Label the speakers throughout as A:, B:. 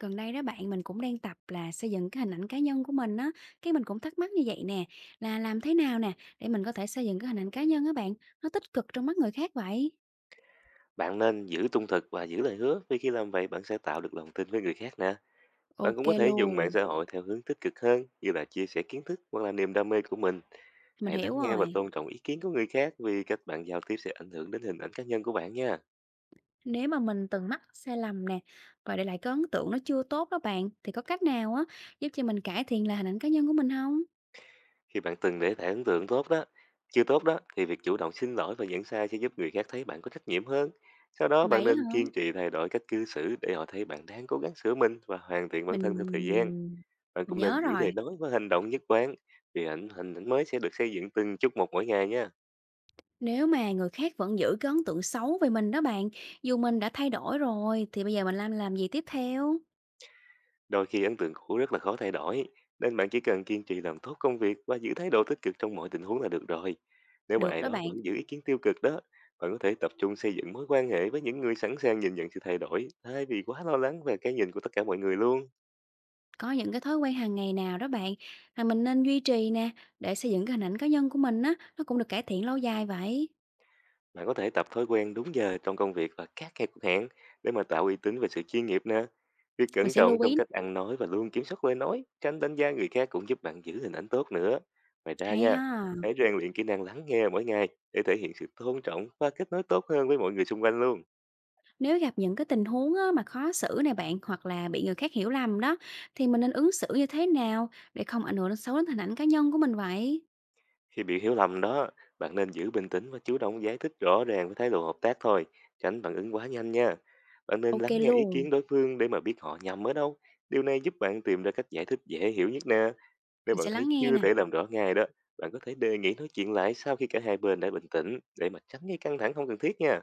A: Gần đây đó bạn, mình cũng đang tập là xây dựng cái hình ảnh cá nhân của mình á, cái mình cũng thắc mắc như vậy nè, là làm thế nào nè để mình có thể xây dựng cái hình ảnh cá nhân á bạn, nó tích cực trong mắt người khác vậy?
B: Bạn nên giữ trung thực và giữ lời hứa, vì khi làm vậy bạn sẽ tạo được lòng tin với người khác nè. Bạn
A: Ok
B: cũng có thể dùng mạng
A: luôn,
B: xã hội theo hướng tích cực hơn, như là chia sẻ kiến thức hoặc là niềm đam mê của mình.
A: mình
B: Hãy lắng
A: hiểu
B: nghe và
A: rồi.
B: tôn trọng ý kiến của người khác, vì cách bạn giao tiếp sẽ ảnh hưởng đến hình ảnh cá nhân của bạn nha.
A: Nếu mà mình từng mắc sai lầm nè và để lại cái ấn tượng nó chưa tốt đó bạn, thì có cách nào á giúp cho mình cải thiện lại hình ảnh cá nhân của mình không?
B: Khi bạn từng để lại ấn tượng chưa tốt đó thì việc chủ động xin lỗi và nhận sai sẽ giúp người khác thấy bạn có trách nhiệm hơn. Sau đó, bạn
A: Vậy á
B: nên
A: hả?
B: kiên trì thay đổi cách cư xử để họ thấy bạn đang cố gắng sửa mình và hoàn thiện bản
A: Mình
B: thân theo thời gian. Bạn
A: mình
B: cũng nên
A: nhớ
B: giữ
A: rồi.
B: lời nói và hành động nhất quán, vì hình ảnh mới sẽ được xây dựng từng chút một mỗi ngày nha.
A: Nếu mà người khác vẫn giữ cái ấn tượng xấu về mình đó bạn, dù mình đã thay đổi rồi thì bây giờ mình làm gì tiếp theo?
B: Đôi khi ấn tượng cũ rất là khó thay đổi, nên bạn chỉ cần kiên trì làm tốt công việc và giữ thái độ tích cực trong mọi tình huống là được rồi. Nếu mà
A: Được
B: ai
A: đó
B: đó
A: bạn,
B: vẫn giữ ý kiến tiêu cực đó, bạn có thể tập trung xây dựng mối quan hệ với những người sẵn sàng nhìn nhận sự thay đổi, thay vì quá lo lắng về cái nhìn của tất cả mọi người luôn.
A: có những cái thói quen hàng ngày nào đó bạn mà mình nên duy trì nè để xây dựng cái hình ảnh cá nhân của mình á nó cũng được cải thiện lâu dài vậy.
B: Bạn có thể tập thói quen đúng giờ trong công việc và các cái cuộc hẹn để mà tạo uy tín về sự chuyên nghiệp nè. Việc
A: Mình
B: cẩn
A: sẽ
B: trọng
A: lưu
B: trong
A: ý,
B: cách ăn nói và luôn kiểm soát lời nói, tránh đánh giá người khác, cũng giúp bạn giữ hình ảnh tốt nữa. Ngoài ra
A: hay
B: nha,
A: ha.
B: hãy rèn luyện kỹ năng lắng nghe mỗi ngày để thể hiện sự tôn trọng và kết nối tốt hơn với mọi người xung quanh luôn.
A: Nếu gặp những cái tình huống á, mà khó xử này bạn hoặc là bị người khác hiểu lầm đó thì mình nên ứng xử như thế nào để không ảnh hưởng xấu đến hình ảnh cá nhân của mình vậy?
B: Khi bị hiểu lầm đó, bạn nên giữ bình tĩnh và chủ động giải thích rõ ràng với thái độ hợp tác thôi, tránh phản ứng quá nhanh nha. Bạn nên
A: Ok
B: lắng nghe ý
A: luôn,
B: kiến đối phương để mà biết họ nhầm ở đâu. Điều này giúp bạn tìm ra cách giải thích dễ hiểu nhất nè. Nếu
A: mình
B: bạn
A: sẽ
B: thấy
A: lắng nghe
B: chưa
A: nè,
B: thể làm rõ ngay đó, bạn có thể đề nghị nói chuyện lại sau khi cả hai bên đã bình tĩnh để mà tránh gây căng thẳng không cần thiết nha.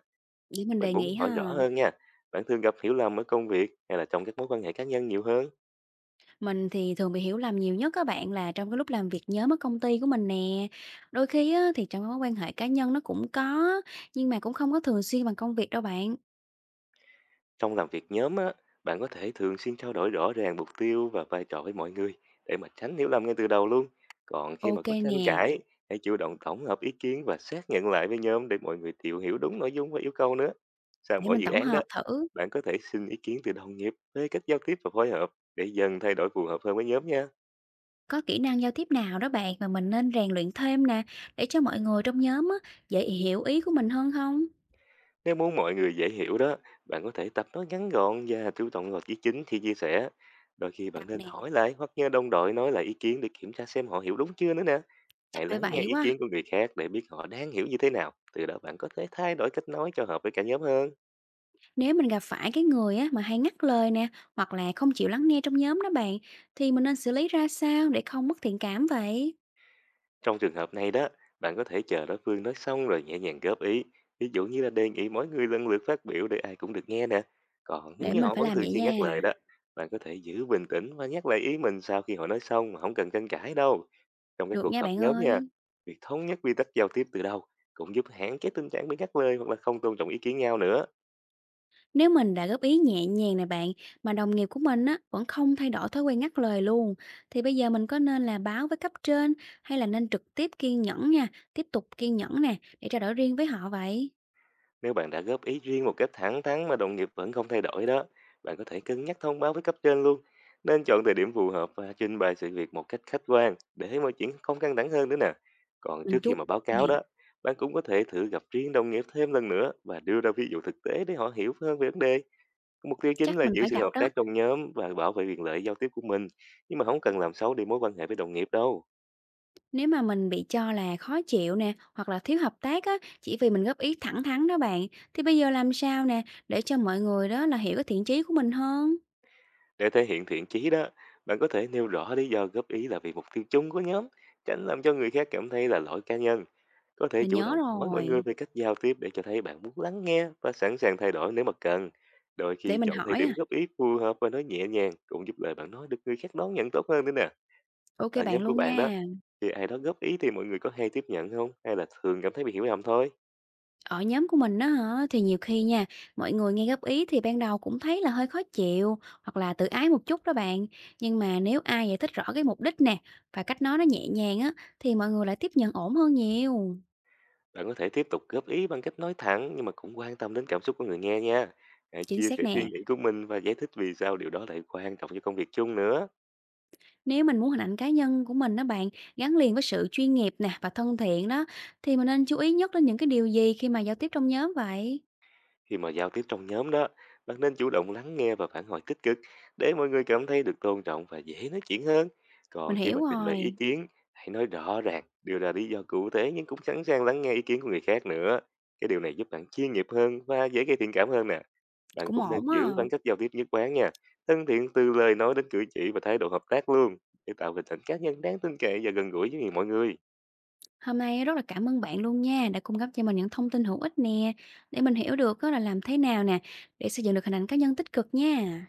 A: để mình
B: Mình
A: đề
B: muốn
A: nghị
B: hỏi rõ
A: ha.
B: hơn nha. Bạn thường gặp hiểu lầm ở công việc hay là trong các mối quan hệ cá nhân nhiều hơn?
A: Mình thì thường bị hiểu lầm nhiều nhất các bạn là trong cái lúc làm việc nhóm ở công ty của mình nè. Đôi khi á, thì trong cái mối quan hệ cá nhân nó cũng có, nhưng mà cũng không có thường xuyên bằng công việc đâu bạn.
B: Trong làm việc nhóm á, bạn có thể thường xuyên trao đổi rõ ràng mục tiêu và vai trò với mọi người để mà tránh hiểu lầm ngay từ đầu luôn. Còn khi mà
A: Ok
B: có tranh
A: nè,
B: cãi, hãy chủ động tổng hợp ý kiến và xác nhận lại với nhóm để mọi người đều hiểu đúng nội dung và yêu cầu nữa. Sau
A: để
B: mỗi
A: mình
B: dự
A: tổng
B: án đó,
A: hợp thử.
B: bạn có thể xin ý kiến từ đồng nghiệp về cách giao tiếp và phối hợp để dần thay đổi phù hợp hơn với nhóm nha.
A: Có kỹ năng giao tiếp nào đó bạn mà mình nên rèn luyện thêm nè, để cho mọi người trong nhóm á, dễ hiểu ý của mình hơn không?
B: Nếu muốn mọi người dễ hiểu đó, bạn có thể tập nói ngắn gọn và chú trọng vào ý chính khi chia sẻ. Đôi khi bạn
A: Tập
B: nên
A: nè,
B: hỏi lại hoặc nhờ đồng đội nói lại ý kiến để kiểm tra xem họ hiểu đúng chưa nữa nè.
A: chắc
B: Hãy
A: phải
B: lắng nghe
A: vậy
B: ý
A: quá.
B: kiến của người khác để biết họ đang hiểu như thế nào. Từ đó, bạn có thể thay đổi cách nói cho hợp với cả nhóm hơn.
A: Nếu mình gặp phải cái người á, mà hay ngắt lời nè, hoặc là không chịu lắng nghe trong nhóm đó bạn, thì mình nên xử lý ra sao để không mất thiện cảm vậy?
B: Trong trường hợp này đó, bạn có thể chờ đối phương nói xong rồi nhẹ nhàng góp ý. Ví dụ như là đề nghị mỗi người lần lượt phát biểu để ai cũng được nghe nè. Còn nếu
A: Để
B: như
A: mình
B: họ
A: phải
B: vẫn
A: làm
B: thường
A: vậy
B: xuyên ngắt lời
A: nha.
B: đó, bạn có thể giữ bình tĩnh và nhắc lại ý mình sau khi họ nói xong mà không cần tranh cãi đâu. Trong cái
A: Được
B: cuộc
A: nha
B: họp
A: bạn
B: nhóm nha,
A: ơi.
B: việc thống nhất quy tắc giao tiếp từ đầu cũng giúp hạn chế tình trạng bị ngắt lời hoặc là không tôn trọng ý kiến nhau nữa.
A: Nếu mình đã góp ý nhẹ nhàng nè bạn, mà đồng nghiệp của mình á vẫn không thay đổi thói quen ngắt lời luôn, thì bây giờ mình có nên là báo với cấp trên hay là nên trực tiếp kiên nhẫn nha, tiếp tục kiên nhẫn nè để trao đổi riêng với họ vậy?
B: Nếu bạn đã góp ý riêng một cách thẳng thắn mà đồng nghiệp vẫn không thay đổi đó, bạn có thể cân nhắc thông báo với cấp trên luôn. Nên chọn thời điểm phù hợp và trình bày sự việc một cách khách quan để mọi chuyện không căng thẳng hơn nữa nè. Còn trước
A: Mình
B: khi
A: chú
B: mà báo
A: nè,
B: cáo đó, bạn cũng có thể thử gặp riêng đồng nghiệp thêm lần nữa và đưa ra ví dụ thực tế để họ hiểu hơn về vấn đề. Mục tiêu chính
A: chắc
B: là
A: mình
B: giữ
A: phải
B: sự
A: gặp
B: hợp
A: đó.
B: tác trong nhóm và bảo vệ quyền lợi giao tiếp của mình, nhưng mà không cần làm xấu đi mối quan hệ với đồng nghiệp đâu.
A: Nếu mà mình bị cho là khó chịu nè, hoặc là thiếu hợp tác á, chỉ vì mình góp ý thẳng thắn đó bạn, thì bây giờ làm sao nè để cho mọi người đó là hiểu cái thiện chí của mình hơn?
B: Để thể hiện thiện chí đó, bạn có thể nêu rõ lý do góp ý là vì mục tiêu chung của nhóm, tránh làm cho người khác cảm thấy là lỗi cá nhân. Có thể
A: Mình
B: chủ
A: nhớ
B: động hỏi mọi người
A: rồi.
B: về cách giao tiếp để cho thấy bạn muốn lắng nghe và sẵn sàng thay đổi nếu mà cần. Đôi
A: Để
B: khi
A: mình
B: chọn thời
A: hỏi
B: điểm
A: à.
B: góp ý phù hợp và nói nhẹ nhàng cũng giúp lời bạn nói được người khác đón nhận tốt hơn nữa nè.
A: Ok
B: Ở
A: bạn
B: nhóm của
A: luôn
B: bạn đó,
A: nha.
B: thì ai đó góp ý thì mọi người có hay tiếp nhận không? Hay là thường cảm thấy bị hiểu lầm thôi?
A: Ở nhóm của mình á hả, thì nhiều khi nha, mọi người nghe góp ý thì ban đầu cũng thấy là hơi khó chịu hoặc là tự ái một chút đó bạn. Nhưng mà nếu ai giải thích rõ cái mục đích nè và cách nói nó nhẹ nhàng á thì mọi người lại tiếp nhận ổn hơn nhiều.
B: Bạn có thể tiếp tục góp ý bằng cách nói thẳng, nhưng mà cũng quan tâm đến cảm xúc của người nghe nha. Hãy
A: Chính
B: chia
A: xác
B: sẻ suy
A: nè.
B: nghĩ của mình và giải thích vì sao điều đó lại quan trọng cho công việc chung nữa.
A: Nếu mình muốn hình ảnh cá nhân của mình đó bạn gắn liền với sự chuyên nghiệp nè và thân thiện đó thì mình nên chú ý nhất đến những cái điều gì khi mà giao tiếp trong nhóm vậy?
B: Khi mà giao tiếp trong nhóm đó, bạn nên chủ động lắng nghe và phản hồi tích cực để mọi người cảm thấy được tôn trọng và dễ nói chuyện hơn. Còn
A: Mình
B: khi mà
A: hiểu
B: trình bày ý
A: rồi,
B: kiến, hãy nói rõ ràng, đưa ra lý do cụ thể, nhưng cũng sẵn sàng lắng nghe ý kiến của người khác nữa. Cái điều này giúp bạn chuyên nghiệp hơn và dễ gây thiện cảm hơn nè. Bạn
A: cũng
B: cũng nên
A: ổn á.
B: giữ khoảng cách giao tiếp nhất quán nha. Thân thiện từ lời nói đến cử chỉ và thái độ hợp tác luôn, để tạo hình ảnh cá nhân đáng tin cậy và gần gũi với mọi người.
A: Hôm nay rất là cảm ơn bạn luôn nha, đã cung cấp cho mình những thông tin hữu ích nè, để mình hiểu được á là làm thế nào nè, để xây dựng được hình ảnh cá nhân tích cực nha.